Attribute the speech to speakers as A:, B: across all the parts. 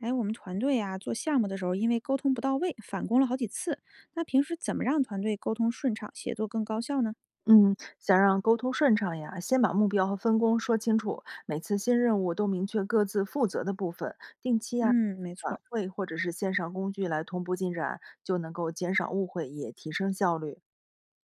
A: 哎，我们团队呀、做项目的时候，因为沟通不到位，返工了好几次。那平时怎么让团队沟通顺畅，协作更高效呢？
B: 嗯，想让沟通顺畅呀，先把目标和分工说清楚，每次新任务都明确各自负责的部分，定期呀
A: 嗯，没错
B: 晚
A: 儿。
B: 会或者是线上工具来同步进展，就能够减少误会，也提升效率。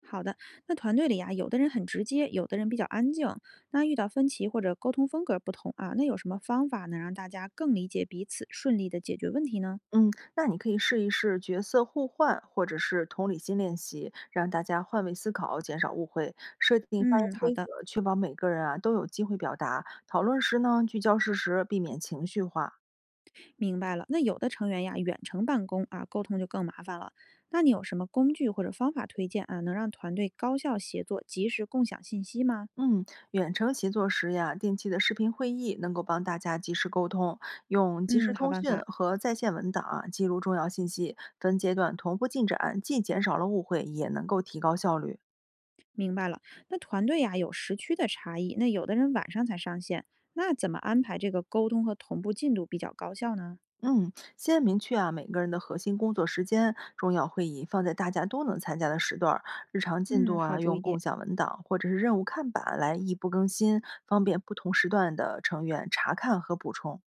A: 好的，那团队里呀、有的人很直接，有的人比较安静。那遇到分歧或者沟通风格不同啊，那有什么方法能让大家更理解彼此，顺利的解决问题呢？
B: 嗯，那你可以试一试角色互换，或者是同理心练习，让大家换位思考，减少误会。设定发
A: 嗯，
B: 言
A: 好
B: 规则，
A: 的，
B: 确保每个人啊都有机会表达。讨论时呢，聚焦事实，避免情绪化。
A: 明白了。那有的成员呀，远程办公啊，沟通就更麻烦了。那你有什么工具或者方法推荐啊，能让团队高效协作，及时共享信息吗？
B: 嗯，远程协作时呀，定期的视频会议能够帮大家及时沟通，用即时
A: 嗯，好
B: 通
A: 办
B: 讯
A: 法。
B: 和在线文档啊记录重要信息，分阶段同步进展，既减少了误会，也能够提高效率。
A: 明白了，那团队呀、有时区的差异，那有的人晚上才上线，那怎么安排这个沟通和同步进度比较高效呢？
B: 嗯，先明确啊每个人的核心工作时间，重要会议放在大家都能参加的时段儿，日常进度
A: 嗯，好
B: 啊
A: 主
B: 用
A: 意，
B: 共享文档或者是任务看板来异步更新，方便不同时段的成员查看和补充。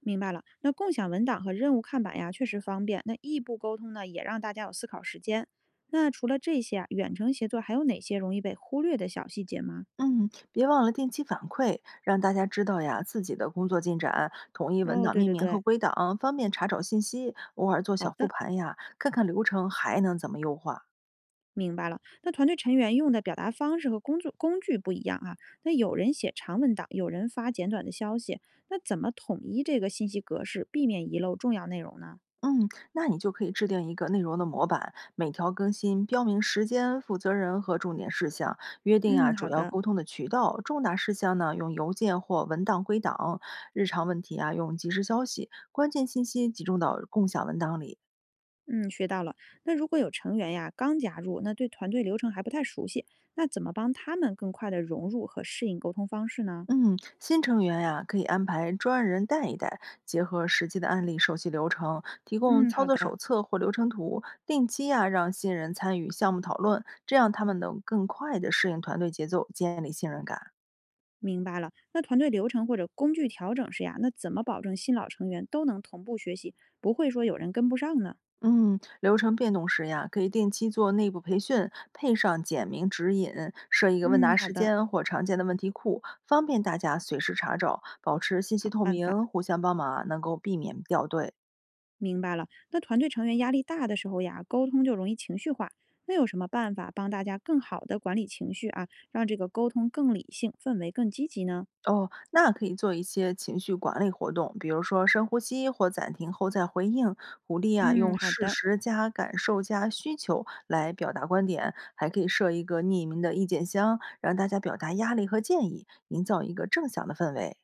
A: 明白了。那共享文档和任务看板呀，确实方便。那异步沟通呢，也让大家有思考时间。那除了这些啊，远程协作还有哪些容易被忽略的小细节吗？
B: 嗯，别忘了定期反馈，让大家知道呀自己的工作进展，统一文
A: 哦，
B: 档
A: 对
B: 命
A: 对
B: 名
A: 对，
B: 和归档，方便查找信息。偶尔做
A: 好
B: 小复
A: 的。
B: 盘呀，看看流程还能怎么优化。
A: 明白了，那团队成员用的表达方式和工作工具不一样啊。那有人写长文档，有人发简短的消息，那怎么统一这个信息格式，避免遗漏重要内容呢？
B: 嗯，那你就可以制定一个内容的模板，每条更新标明时间、负责人和重点事项，约定啊
A: 嗯，
B: 主
A: 好
B: 要
A: 的，
B: 沟通的渠道，重大事项呢用邮件或文档归档，日常问题啊用即时消息，关键信息集中到共享文档里。
A: 嗯，学到了。那如果有成员呀刚加入，那对团队流程还不太熟悉，那怎么帮他们更快的融入和适应沟通方式呢？
B: 嗯，新成员呀、可以安排专人带一带，结合实际的案例熟悉流程，提供
A: 嗯，
B: 操
A: 好
B: 作
A: 的，
B: 手册或流程图，定期呀、让新人参与项目讨论，这样他们能更快地适应团队节奏，建立信任感。
A: 明白了。那团队流程或者工具调整时呀，那怎么保证新老成员都能同步学习，不会说有人跟不上呢？
B: 嗯，流程变动时呀，可以定期做内部培训，配上简明指引，设一个问答
A: 嗯，好
B: 时
A: 的，
B: 间或常见的问题库，方便大家随时查找，保持信息
A: 好
B: 透
A: 办法。
B: 明，互相帮忙，能够避免掉队。
A: 明白了。那团队成员压力大的时候呀，沟通就容易情绪化。那有什么办法帮大家更好的管理情绪啊，让这个沟通更理性，氛围更积极呢？
B: 哦，那可以做一些情绪管理活动，比如说深呼吸或暂停后再回应。鼓励啊，
A: 嗯，
B: 用
A: 好
B: 事
A: 的，
B: 实加感受加需求来表达观点，还可以设一个匿名的意见箱，让大家表达压力和建议，营造一个正向的氛围。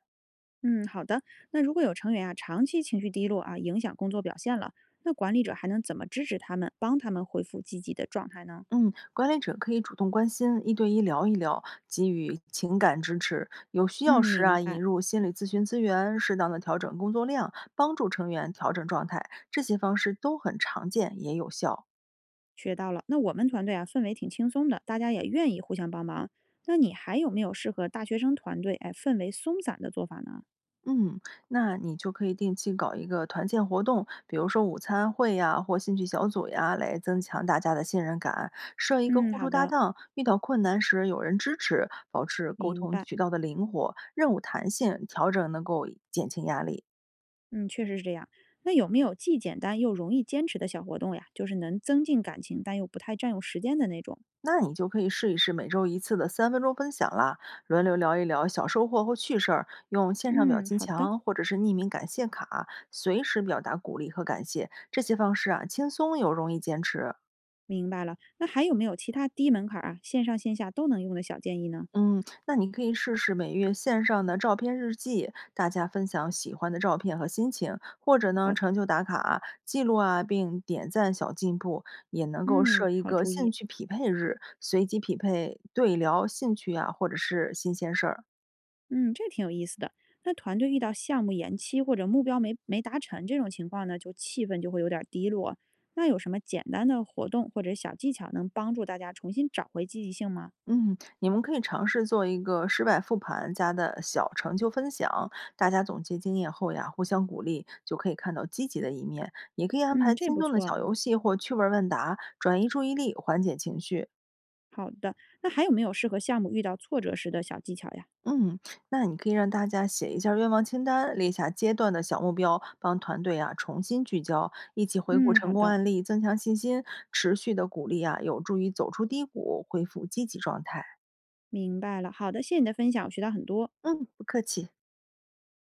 A: 嗯，好的。那如果有成员啊长期情绪低落啊，影响工作表现了，那管理者还能怎么支持他们，帮他们恢复积极的状态呢？
B: 嗯，管理者可以主动关心，1对1聊一聊，给予情感支持。有需
A: 嗯，
B: 要时
A: 明
B: 啊，
A: 白，
B: 引入心理咨询资源，适当的调整工作量，帮助成员调整状态。这些方式都很常见，也有效。
A: 学到了。那我们团队啊氛围挺轻松的，大家也愿意互相帮忙。那你还有没有适合大学生团队哎氛围松散的做法呢？
B: 嗯，那你就可以定期搞一个团建活动，比如说午餐会呀，或兴趣小组呀，来增强大家的信任感。设一个
A: 嗯，
B: 互
A: 好
B: 助搭
A: 的，
B: 档，遇到困难时有人支持，保持沟
A: 明
B: 通
A: 白。
B: 渠道的灵活，任务弹性，调整能够减轻压力。
A: 嗯，确实是这样。那有没有既简单又容易坚持的小活动呀？就是能增进感情，但又不太占用时间的那种。
B: 那你就可以试一试每周一次的3分钟分享啦，轮流聊一聊小收获或趣事儿，用线上表
A: 嗯，
B: 情
A: 好的，
B: 墙或者是匿名感谢卡，随时表达鼓励和感谢。这些方式啊，轻松又容易坚持。
A: 明白了。那还有没有其他低门槛儿啊，线上线下都能用的小建议呢？
B: 嗯，那你可以试试每月线上的照片日记，大家分享喜欢的照片和心情，或者呢
A: 好的，
B: 成就打卡记录啊，并点赞小进步，也能够
A: 嗯，
B: 设一
A: 好
B: 个
A: 主
B: 兴
A: 意。
B: 趣匹配日，随机匹配对聊兴趣啊，或者是新鲜事儿。
A: 嗯，这挺有意思的。那团队遇到项目延期或者目标没达成这种情况呢，就气氛就会有点儿低落。那有什么简单的活动或者小技巧能帮助大家重新找回积极性吗？
B: 嗯，你们可以尝试做一个失败复盘加的小成就分享，大家总结经验后呀，互相鼓励，就可以看到积极的一面。也可以安
A: 嗯，
B: 排
A: 这
B: 轻
A: 不
B: 松的
A: 错。
B: 小游戏或趣味儿问答，转移注意力，缓解情绪。
A: 好的，那还有没有适合项目遇到挫折时的小技巧呀？
B: 嗯，那你可以让大家写一下愿望清单，列下阶段的小目标，帮团队啊重新聚焦，一起回顾
A: 嗯，
B: 成
A: 好
B: 功
A: 的，
B: 案例，增强信心。持续的鼓励啊，有助于走出低谷，恢复积极状态。
A: 明白了。好的，谢谢你的分享，我学到很多。
B: 嗯，不客气。